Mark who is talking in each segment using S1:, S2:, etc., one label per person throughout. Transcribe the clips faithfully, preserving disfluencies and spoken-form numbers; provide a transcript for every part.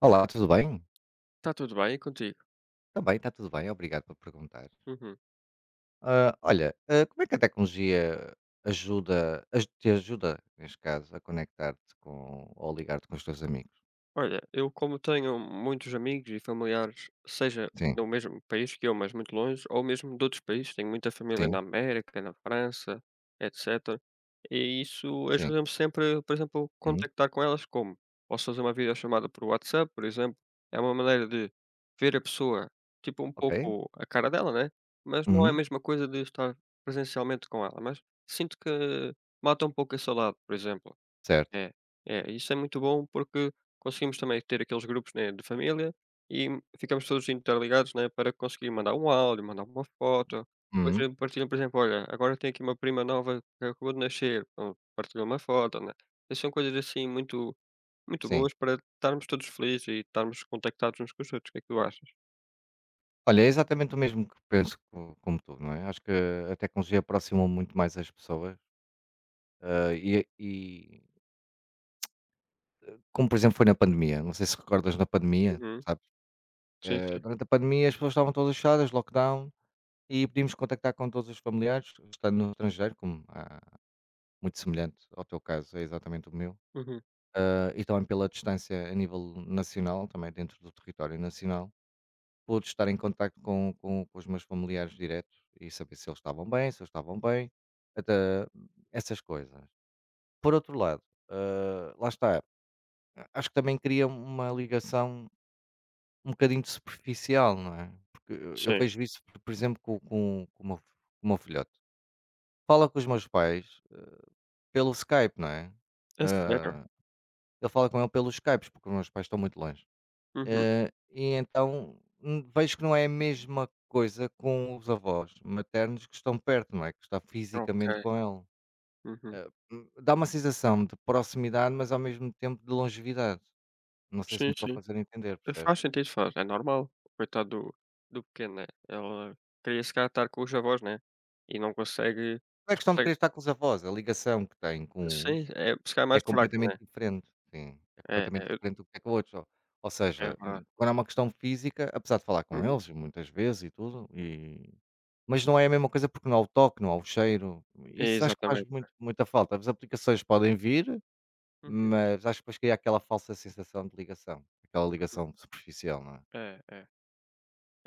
S1: Olá, tudo bem?
S2: Está tudo bem, e contigo?
S1: Também está tudo bem, obrigado por perguntar.
S2: Uhum.
S1: Ah, olha, ah, como é que a tecnologia ajuda, aj- te ajuda, neste caso, a conectar-te com, ou ligar-te com os teus amigos?
S2: Olha, eu como tenho muitos amigos e familiares, seja
S1: Sim,
S2: no mesmo país que eu, mas muito longe, ou mesmo de outros países, tenho muita família
S1: sim,
S2: na América, na França, etcétera. E isso
S1: sim.
S2: ajuda-me sempre, por exemplo,
S1: Uhum,
S2: contactar com elas como? Posso fazer uma videochamada por WhatsApp, por exemplo. É uma maneira de ver a pessoa, tipo um
S1: ok,
S2: pouco a cara dela, né? Mas não é a
S1: uhum,
S2: mesma coisa de estar presencialmente com ela. Mas sinto que mata um pouco esse lado, por exemplo.
S1: certo.
S2: É, é, isso é muito bom porque conseguimos também ter aqueles grupos, né, de família e ficamos todos interligados, né, para conseguir mandar um áudio, mandar uma foto. Depois
S1: Uhum,
S2: eu partilho, por exemplo, olha, agora tem aqui uma prima nova que acabou de nascer, pronto, partilhou uma foto, né? Essas são coisas assim muito, muito
S1: sim.
S2: boas para estarmos todos felizes e estarmos contactados uns com os outros. O que é que tu achas?
S1: Olha, é exatamente o mesmo que penso co- como tu, não é? Acho que a tecnologia aproxima muito mais as pessoas. ah, e, e como, por exemplo, foi na pandemia, não sei se recordas na pandemia,
S2: Uhum.
S1: sabes?
S2: Sim,
S1: Eh,
S2: sim.
S1: durante a pandemia as pessoas estavam todas fechadas, lockdown, e podíamos contactar com todos os familiares, estando no estrangeiro, como ah, muito semelhante ao teu caso, é exatamente o meu,
S2: Uhum.
S1: ah, e também pela distância a nível nacional, também dentro do território nacional, pude estar em contacto com, com, com os meus familiares diretos e saber se eles estavam bem, se eles estavam bem, até essas coisas. Por outro lado, ah, lá está, acho que também cria uma ligação um bocadinho de superficial, não é? Porque eu eu
S2: Sim.
S1: vejo isso, por por exemplo, com, com, com o meu com o meu filhote. Fala com os meus pais eh, pelo Skype, não é?
S2: É sério?
S1: Hã, eu falo com ele pelos Skypes, porque os meus pais estão muito longe.
S2: Uhum.
S1: Hã, e então, hum, vejo que não é a mesma coisa com os avós maternos que estão perto, não é? Que está
S2: Ok.
S1: fisicamente com ele.
S2: Uhum.
S1: Hã, hum, dá uma sensação de proximidade, mas ao mesmo tempo de longevidade. Não sei se
S2: Sim,
S1: me estou a
S2: sim.
S1: fazer entender, percebes?
S2: Faz sentido, faz. É normal. Coitado do do pequeno, né. Ela queria se calhar estar com os avós, né, e não consegue
S1: Não é
S2: mas
S1: questão de
S2: consegue
S1: querer estar com os avós, a ligação que tem com
S2: sim,
S1: uns
S2: é se calhar é
S1: é
S2: mais fraca,
S1: completamente
S2: né.
S1: diferente, sim, é
S2: É,
S1: completamente
S2: é,
S1: diferente do que é que o outro. Ou
S2: é
S1: seja,
S2: verdade.
S1: hum, quando é uma questão física, apesar de falar com
S2: Uhum.
S1: eles muitas vezes e tudo, e mas não é a mesma coisa porque não há o toque, não há o cheiro, isso acho que faz
S2: Exatamente.
S1: muito muita falta. As aplicações podem vir,
S2: Uhum,
S1: mas acho que depois cria aquela falsa sensação de ligação, aquela
S2: uhum.
S1: ligação superficial, não é?
S2: É, é.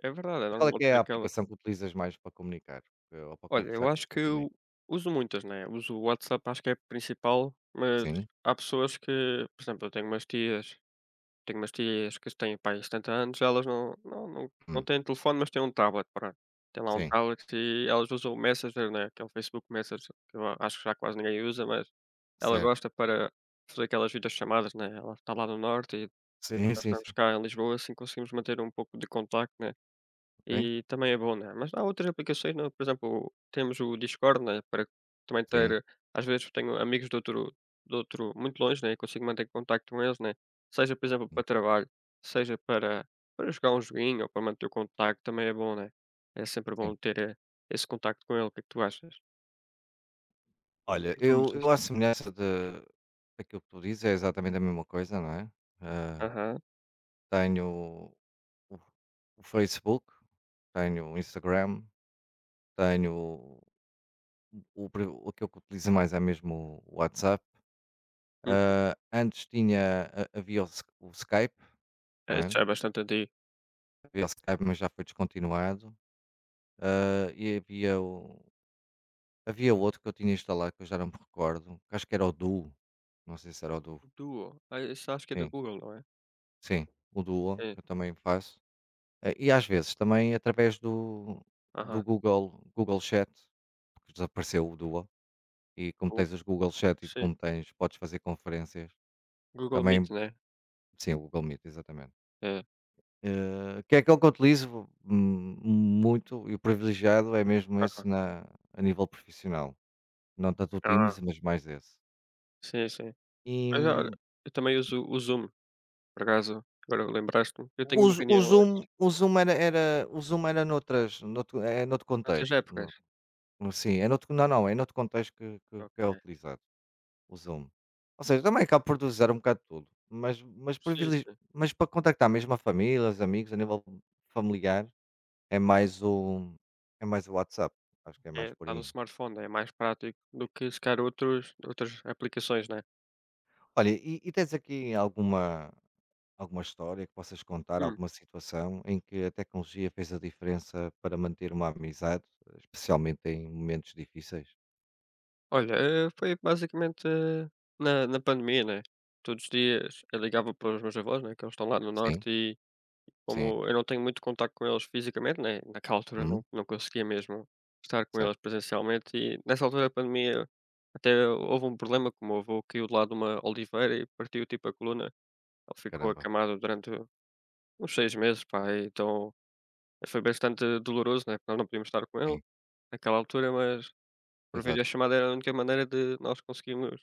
S2: É verdade, é
S1: Mas qual é
S2: normal
S1: que é
S2: ter
S1: a
S2: aquela
S1: aplicação que utilizas mais para comunicar, eh, ou para
S2: olha,
S1: conversar
S2: eu
S1: com
S2: acho
S1: os
S2: que
S1: teus
S2: eu
S1: amigos?
S2: uso muitas, né, uso o WhatsApp, acho que é a principal, mas
S1: Sim?
S2: há pessoas que por exemplo, eu tenho umas tias. Tenho umas tias que têm, pá, aí setenta anos, elas não não não não
S1: Hum,
S2: têm telefone, mas têm um tablet, pronto. Têm lá um
S1: sim,
S2: tablet e elas usam o Messenger, né, que é o Facebook Messenger, que eu acho que já quase ninguém usa, mas ela
S1: certo.
S2: gosta para fazer aquelas videochamadas, né, ela está lá no norte e
S1: Sim,
S2: nós
S1: sim,
S2: estamos
S1: sim.
S2: cá em Lisboa, assim conseguimos manter um pouco de contacto, né.
S1: Ok.
S2: E também é bom, né, mas há outras aplicações, não, por exemplo, temos o Discord, né, para também
S1: Sim,
S2: ter às vezes tenho amigos de outro de outro muito longe, né, e consigo manter contacto com eles, né, seja, por exemplo,
S1: hum,
S2: para trabalho, seja para para jogar um joguinho ou para manter o contacto, também é bom, né. É sempre
S1: sim.
S2: bom ter, eh, esse contacto com ele, o que é que tu achas? O
S1: Olha,
S2: que tu
S1: eu
S2: usas?
S1: eu à semelhança de daquilo que tu dizes, é exatamente a mesma coisa, não é? Ah,
S2: Aham,
S1: Tenho o o Facebook, tenho o Instagram, tenho o pri o pri- aquilo que utilizo mais é mesmo o WhatsApp.
S2: hum,
S1: Ah, antes tinha ha havia o Sky o Skype, não
S2: é, isso
S1: é?
S2: é bastante antigo.
S1: Havia o Skype, mas já foi descontinuado. Ah, e havia o havia outro que eu tinha instalado, que eu já não me recordo, que acho que era o Duo, não sei se era o Duo.
S2: Duo, ah, esse acho que é da
S1: Sim,
S2: Google, não é?
S1: sim, o Duo,
S2: Sim,
S1: que eu também faço. Eh, E às vezes também através do, do
S2: aham,
S1: Google, Google Chat, porque desapareceu o Duo, e como
S2: o
S1: tens os Google Chat e
S2: sim,
S1: como tens, podes fazer conferências,
S2: Google
S1: também,
S2: Meet, né,
S1: sim, o Google Meet, exatamente.
S2: é,
S1: Eh, que é aquele que eu utilizo hum, muito e o privilegiado é mesmo esse
S2: aham,
S1: na, a nível profissional. Não tanto o
S2: ah,
S1: Teams, mas mais esse.
S2: sim, sim.
S1: E
S2: Mas olha,
S1: hum,
S2: eu também uso o Zoom, por acaso, agora lembraste-me. Eu tenho
S1: o,
S2: uma
S1: Z- o
S2: reunião hoje,
S1: Zoom, o Zoom era, era, o Zoom era noutras, noutro, é noutro
S2: noutras
S1: contexto.
S2: épocas.
S1: no- no- Sim, é noutro, não, não, é noutro contexto que, que, que é
S2: Ok.
S1: utilizado. O Zoom. Ou seja, também acabo por utilizar um bocado tudo, mas mas
S2: Sim,
S1: privilegi
S2: sim.
S1: mas para contactar mesmo a família, os amigos, a nível familiar, é mais o é mais o WhatsApp, acho que é
S2: É,
S1: mais por
S2: está no
S1: aí.
S2: smartphone, é mais prático do que se calhar outros, outras aplicações, né?
S1: Olha, e e tens aqui alguma alguma história que possas contar,
S2: Hum.
S1: alguma situação em que a tecnologia fez a diferença para manter uma amizade, especialmente em momentos difíceis?
S2: Olha, eh, foi basicamente eh, na, na pandemia, né? Todos os dias eu ligava para os meus avós, né? Que eles estão lá no
S1: Sim,
S2: norte.
S1: sim.
S2: Como eu não tenho muito contacto com eles fisicamente, né, naquela altura
S1: Uhum,
S2: não não conseguia mesmo estar com
S1: certo.
S2: eles presencialmente e nessa altura da pandemia até houve um problema que o meu avô caiu de lado de uma oliveira e partiu, tipo, a coluna. Ele ficou
S1: Caramba,
S2: acamado durante uns seis meses, pá, e então foi bastante doloroso, né, porque nós não podíamos estar com ele
S1: sim,
S2: naquela altura, mas por
S1: exato.
S2: videochamada era a única maneira de nós conseguirmos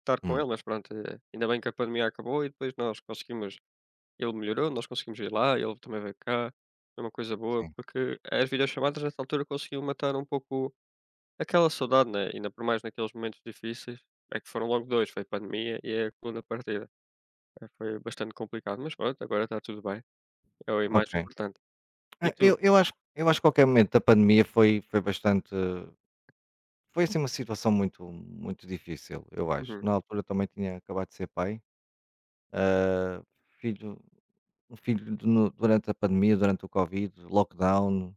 S2: estar com
S1: Hum,
S2: ele, mas pronto, eh, ainda bem que a pandemia acabou e depois nós conseguimos ele melhorou, nós conseguimos ir lá, ele também veio cá, é uma coisa boa,
S1: sim,
S2: porque as videochamadas nessa altura conseguiam matar um pouco aquela saudade, né, ainda por mais naqueles momentos difíceis, é que foram logo dois foi a pandemia e a coluna partida. Eh, foi bastante complicado, mas pronto, agora está tudo bem, é o
S1: ok.
S2: mais importante. E
S1: Ah,
S2: tu?
S1: eu eu acho eu acho que qualquer momento da pandemia foi foi bastante foi assim uma situação muito muito difícil, eu acho.
S2: Uhum,
S1: Na altura eu também tinha acabado de ser pai, filho um filho de no durante a pandemia, durante o covid, lockdown,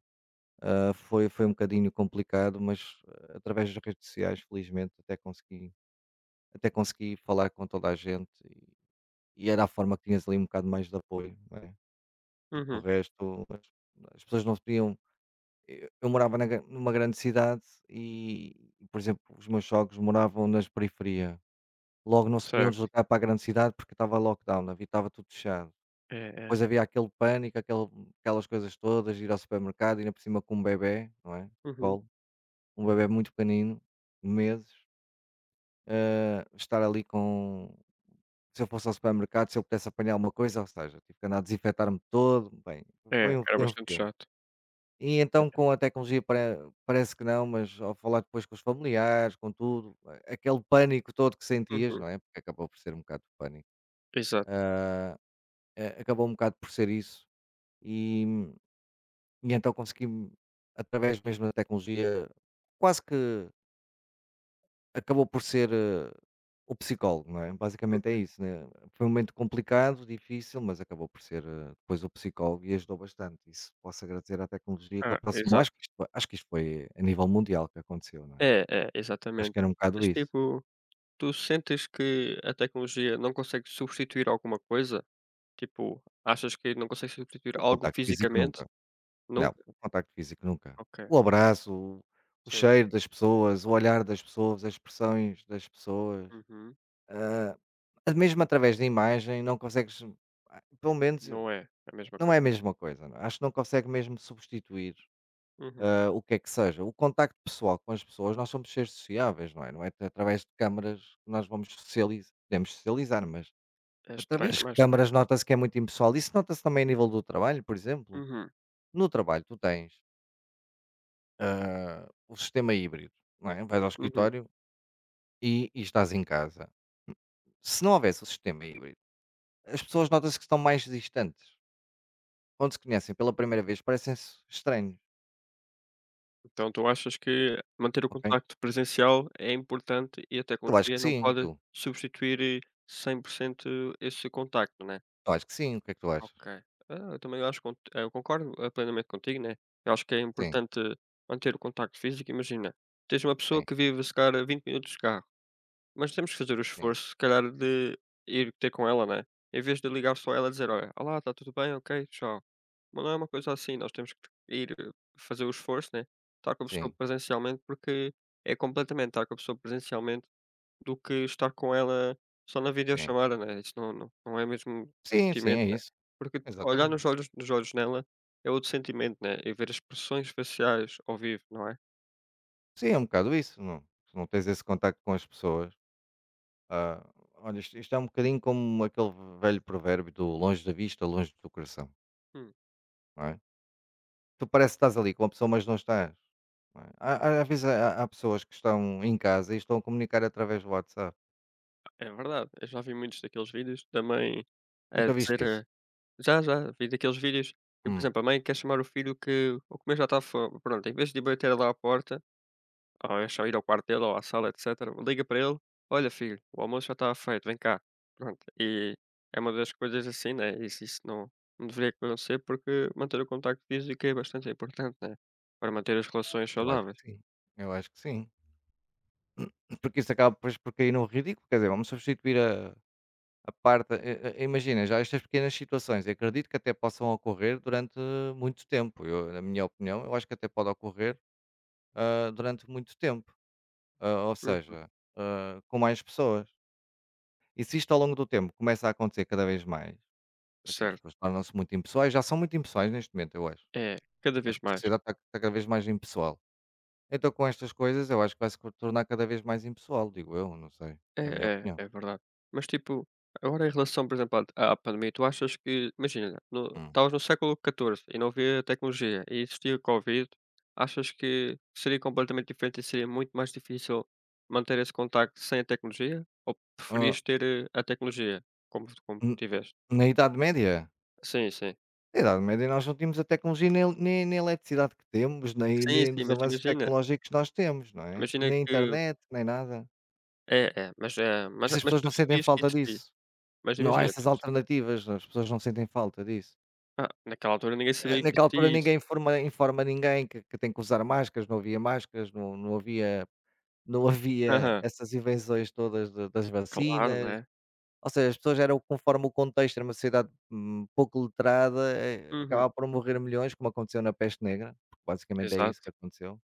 S1: ah, foi foi um bocadinho complicado, mas ah, através das redes sociais, felizmente, até consegui até consegui falar com toda a gente e e era a forma que tinhas ali um bocado mais de apoio, não é, porque o
S2: uhum,
S1: resto as as pessoas não se podiam. Eu eu morava na gran numa grande cidade e, por exemplo, os meus jogos moravam nas periferia. Logo não se podiam
S2: certo,
S1: deslocar para a grande cidade porque estava lockdown, havia estava tudo fechado.
S2: é, é.
S1: Depois havia aquele pânico, aquele aquelas coisas todas, ir ao supermercado, ir por cima com um bebé, não é,
S2: Uhum.
S1: colo, um bebé muito pequenino, meses, hã, estar ali com se eu fosse ao supermercado, se eu pudesse apanhar alguma coisa, ou seja, tive que andar a desinfetar-me todo, bem,
S2: É,
S1: foi um
S2: era
S1: foi um
S2: bastante
S1: filme.
S2: chato.
S1: E então com a tecnologia pare parece que não, mas ao falar depois com os familiares, com tudo, a aquele pânico todo que sentias,
S2: Uhum,
S1: não é, porque acabou por ser um bocado de pânico,
S2: exato.
S1: hã, a acabou um bocado por ser isso, e e então consegui através mesmo da tecnologia, quase que acabou por ser, eh, o psicólogo, não é?
S2: Uhum.
S1: Basicamente é isso, né? Foi um momento complicado, difícil, mas acabou por ser, eh, depois o psicólogo e ajudou bastante. Isso posso agradecer à tecnologia que
S2: Ah,
S1: aproximou.
S2: exato.
S1: Acho que isto foi acho que isto foi a nível mundial que aconteceu, não é?
S2: É, é,
S1: Acho
S2: exatamente.
S1: que era um bocado
S2: Mas
S1: isso.
S2: tipo, tu sentes que a tecnologia não consegue substituir alguma coisa? Tipo, achas que não consegues substituir
S1: O
S2: algo
S1: contacto físico
S2: fisicamente?
S1: nunca. Não,
S2: Nunca?
S1: o contacto físico nunca.
S2: Ok,
S1: O abraço, o o
S2: sim.
S1: cheiro das pessoas, o olhar das pessoas, as expressões das pessoas,
S2: Uhum.
S1: ah, mesmo através da imagem não consegues, ah, pelo menos
S2: Não é a mesma
S1: não é
S2: coisa.
S1: a mesma coisa, não é. Acho que não consegue mesmo substituir,
S2: Uhum.
S1: hã, o que é que seja. O contacto pessoal com as pessoas, nós somos seres sociáveis, não é? Não é através de câmaras que nós vamos socializa podemos socializar, mas
S2: É estranho,
S1: através
S2: é
S1: de
S2: mais estranho.
S1: câmaras nota-se que é muito impessoal. Isso nota-se também a nível do trabalho, por exemplo.
S2: Uhum,
S1: No trabalho tu tens, hã, o sistema híbrido, não é? Vais ao
S2: uhum.
S1: escritório e e estás em casa. Se não houvesse o sistema híbrido, as pessoas nota-se que estão mais distantes. Quando se conhecem pela primeira vez parecem-se estranhos,
S2: Então tu achas que manter o
S1: ok?
S2: contacto presencial é importante e a
S1: Eu acho que
S2: tecnologia não
S1: sim, e
S2: pode
S1: tu?
S2: substituir eh, cem por cento esse contacto, né?
S1: Acho que sim, o que é que tu achas?
S2: Ok. Ah, eu também acho, cont- eu concordo eh, plenamente contigo, né? Eu acho que é
S1: Sim,
S2: importante manter o contacto físico. Imagina, tens uma pessoa
S1: sim,
S2: que vive, se calhar, a vinte minutos de carro. Mas temos que fazer o
S1: sim,
S2: esforço, se calhar, de ir ter com ela, né? Em vez de ligar só ela e dizer: "Olha, olá, está tudo bem? Ok, tchau". Mas não é uma coisa assim, nós temos que ir eh, fazer o esforço, né? Estar com a pessoa
S1: sim,
S2: presencialmente, porque é completamente estar com a pessoa presencialmente do que estar com ela só na
S1: sim.
S2: videochamada, né? Isso não não não é mesmo
S1: Sim, sim,
S2: sentimento,
S1: é
S2: né?
S1: isso,
S2: Porque t- olhar
S1: exatamente.
S2: nos olhos nos olhos nela é outro sentimento, né? E ver as expressões faciais ao vivo, não é?
S1: Sim, é um bocado isso, não se não tens esse contacto com as pessoas, ah, olha, isto isto é um bocadinho como aquele velho provérbio do longe da vista, longe do coração,
S2: Hum,
S1: não é? Tu parece que estás ali com a pessoa, mas não estás, não é? Há há às vezes há há pessoas que estão em casa e estão a comunicar através do WhatsApp.
S2: é verdade. Eu já vi muitos daqueles vídeos também mãe a
S1: Nunca viste isso?
S2: dizer. Já, já, vi daqueles vídeos que, por
S1: Hum,
S2: exemplo, a mãe quer chamar o filho que o comer já está fome. Pronto, em vez de ir bater lá à porta, ou é só ir ao quarto dele ou à sala, etcétera, liga para ele: Olha, filho, o almoço já está feito, vem cá. Pronto, e é uma das coisas assim, né? Isso, isso não, não deveria acontecer porque manter o contacto físico é bastante importante, né? Para manter as relações
S1: eu acho
S2: saudáveis.
S1: que sim, eu acho que sim. Porque isso acaba depois por cair no ridículo, quer dizer, vamos substituir a A parte, eh eh, eh, imagina, já estas pequenas situações, eu acredito que até possam ocorrer durante muito tempo. Eu, na minha opinião, eu acho que até pode ocorrer, ah, durante muito tempo. Ah, ou
S2: Uhum,
S1: seja, ah, com mais pessoas. E se isto ao longo do tempo começa a acontecer cada vez mais, quer dizer, as
S2: certo,
S1: pessoas tornam-se muito impessoais, já são muito impessoais neste momento, eu acho.
S2: é, cada vez
S1: Acho que a
S2: mais.
S1: sociedade está, está cada vez mais impessoal. Então, com estas coisas, eu acho que vai se tornar cada vez mais impessoal, digo eu, não sei.
S2: É,
S1: É a minha
S2: é,
S1: opinião.
S2: é verdade. Mas tipo, agora em relação, por exemplo, à à pandemia, tu achas que, imagina, no,
S1: Hum.
S2: estavas no século catorze e não havia tecnologia e existia o Covid, achas que seria completamente diferente e seria muito mais difícil manter esse contacto sem a tecnologia? Ou
S1: Ah,
S2: preferias ter eh, a tecnologia como, como
S1: n-
S2: tiveste?
S1: Na Idade Média?
S2: Sim, sim.
S1: Na Idade Média nós não tínhamos a tecnologia nem nem nem a eletricidade que temos, nem
S2: Sim,
S1: nem
S2: sim,
S1: dos
S2: mas
S1: avanços
S2: imagina,
S1: tecnológicos que nós temos, não é?
S2: imagina
S1: Nem
S2: que.
S1: internet, nem nada.
S2: É, é, mas, é,
S1: Por
S2: mas,
S1: isso as
S2: mas
S1: pessoas
S2: tu
S1: não sentem
S2: sabias que
S1: falta
S2: existia.
S1: disso.
S2: Mas
S1: Não há
S2: imagina,
S1: essas
S2: tu,
S1: alternativas, as pessoas não sentem falta disso.
S2: ah, naquela altura ninguém
S1: Eh,
S2: sabia que
S1: naquela altura
S2: existia isso.
S1: ninguém informa informa ninguém que que tem que usar máscaras, não havia máscaras, não não havia não havia
S2: Aham,
S1: essas invenções todas da das
S2: claro,
S1: vacinas.
S2: né?
S1: Ou seja, as pessoas eram conforme o contexto, era uma sociedade, hum, pouco letrada, eh,
S2: Uhum.
S1: acabava por morrer milhões, como aconteceu na peste negra, porque basicamente é isso
S2: Exato,
S1: que aconteceu,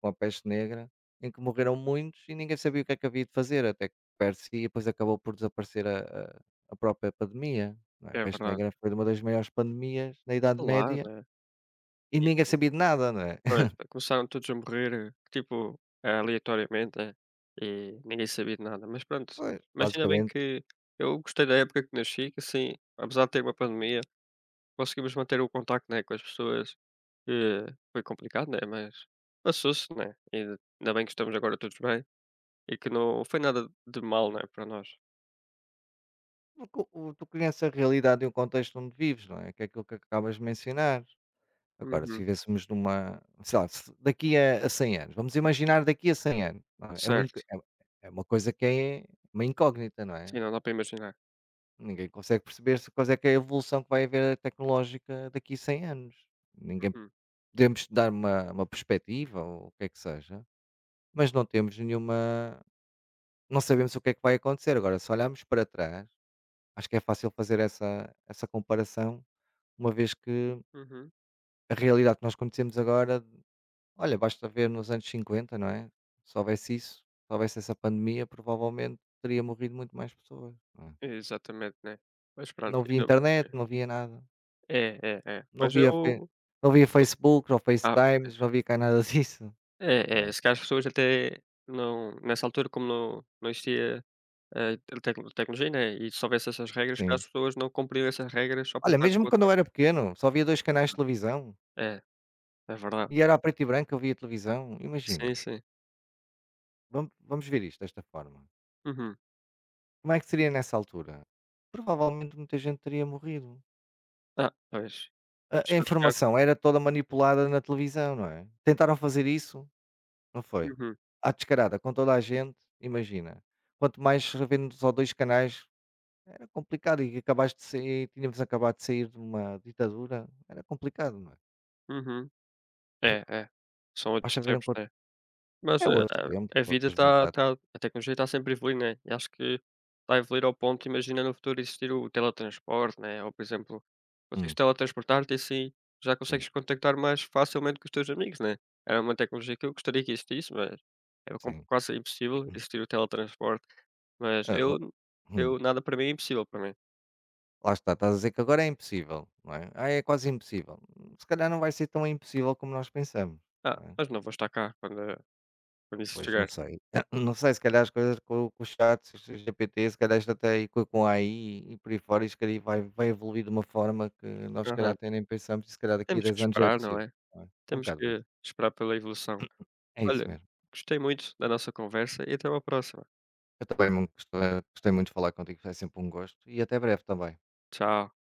S1: com a peste negra, em que morreram muitos e ninguém sabia o que é que havia de fazer, até que persegui e depois acabou por desaparecer a a a própria pandemia, não é? A
S2: é
S1: peste
S2: verdade.
S1: negra foi uma das maiores pandemias na Idade
S2: Claro,
S1: Média
S2: né.
S1: e ninguém
S2: E
S1: sabia de nada, não é?
S2: pois, começaram todos a morrer, tipo, aleatoriamente, né, e ninguém sabia de nada, mas pronto.
S1: Pois,
S2: Mas ainda bem
S1: basicamente,
S2: que eu gostei da época que nasci, que assim, apesar de ter uma pandemia, conseguimos manter o contacto, né, com as pessoas, que foi complicado, né, mas passou-se, né, e ainda bem que estamos agora todos bem e que não foi nada de mal, né, para nós.
S1: porque o o- tu conheces a realidade e o contexto onde vives, não é? Que é aquilo que acabas de mencionar. Agora, se
S2: Uhum.
S1: vivêssemos numa, sei lá, se daqui a a cem anos, vamos imaginar daqui a cem anos, não é? É uma inco
S2: Certo,
S1: é é uma coisa que é uma incógnita, não é?
S2: sim, não dá para imaginar.
S1: Ninguém consegue perceber se quais é que é a evolução que vai haver tecnológica daqui a cem anos. Ninguém
S2: Uhum,
S1: podemos dar uma uma perspectiva ou o que é que seja, mas não temos nenhuma não sabemos o que é que vai acontecer. Agora, se olharmos para trás, acho que é fácil fazer essa essa comparação, uma vez que
S2: uhum.
S1: a realidade que nós conhecemos agora olha, basta ver nos anos cinquenta, não é? Se houvesse isso, se houvesse essa pandemia, provavelmente teria morrido muito mais pessoas, não é?
S2: Exatamente, né. Mas pronto,
S1: Não havia
S2: ainda bem
S1: internet,
S2: que
S1: não havia nada.
S2: é, é, é.
S1: Não
S2: Mas
S1: havia fe
S2: eu
S1: não havia Facebook ou
S2: ah,
S1: FaceTimes,
S2: pois.
S1: não havia cá nada disso.
S2: É,
S1: É,
S2: é, se calhar as pessoas até não nessa altura, como não não existia eh, a te tecnologia, né, e se houvesse essas regras, se calhar
S1: sim.
S2: as pessoas não cumpriam essas regras só por
S1: Olha,
S2: estar com o
S1: mesmo quando eu
S2: contacto.
S1: era pequeno, só havia dois canais de televisão
S2: É, é verdade.
S1: e era a preto e branco, que eu via televisão.
S2: Sim,
S1: Imagina,
S2: sim.
S1: vamos vamos ver isto desta forma.
S2: Uhum.
S1: Como é que seria nessa altura? Provavelmente muita gente teria morrido.
S2: Ah, pois.
S1: A
S2: As
S1: a
S2: pessoas, se calhar-
S1: informação era toda manipulada na televisão, não é? Tentaram fazer isso. Não foi?
S2: Uhum,
S1: À descarada, com toda a gente, imagina. Quanto mais havendo só dois canais, era complicado e acabaste de sair tínhamos acabado de sair de uma ditadura, era complicado, não é?
S2: uhum. É, é. São outros
S1: Basta ver
S2: tempos,
S1: enquanto
S2: né.
S1: é
S2: Mas a
S1: outros
S2: a
S1: tempos,
S2: a vida
S1: outras
S2: está
S1: vontades.
S2: está a tecnologia está sempre a evoluir, né, e acho que vai evoluir ao ponto, imagina no futuro existir o teletransporte, né, ou por exemplo, consegues
S1: Hum,
S2: teletransportar-te e assim já
S1: sim,
S2: consegues contactar mais facilmente com os teus amigos, né. Era uma tecnologia que eu gostaria que existisse, mas é com
S1: sim.
S2: quase impossível existir o teletransporte, mas
S1: É lá
S2: eu
S1: hum,
S2: eu nada para mim é impossível para mim.
S1: Lá está, estás a dizer que agora é impossível, não é? Ah, é quase impossível. Hum, Se calhar não vai ser tão impossível como nós pensamos,
S2: Ah,
S1: não é?
S2: mas não vou estar cá quando quando isso
S1: Pois, não
S2: chegar.
S1: sei. Não sei, se calhar as coisas com com o chat G P T, se G P T, se calhar isto até e co com a AI e por aí fora, isto se calhar vai vai evoluir de uma forma que nós se calhar
S2: Aham.
S1: até nem pensamos e se calhar daqui a
S2: Temos que
S1: dez anos já é
S2: esperar, não
S1: possível,
S2: é?
S1: não é? É um
S2: Temos
S1: bocado isso.
S2: que esperar pela evolução.
S1: É isso
S2: Olha,
S1: mesmo.
S2: gostei muito da nossa conversa e até uma próxima.
S1: Eu também mui gostei gostei muito de falar contigo, foi sempre um gosto e até breve também.
S2: Tchau.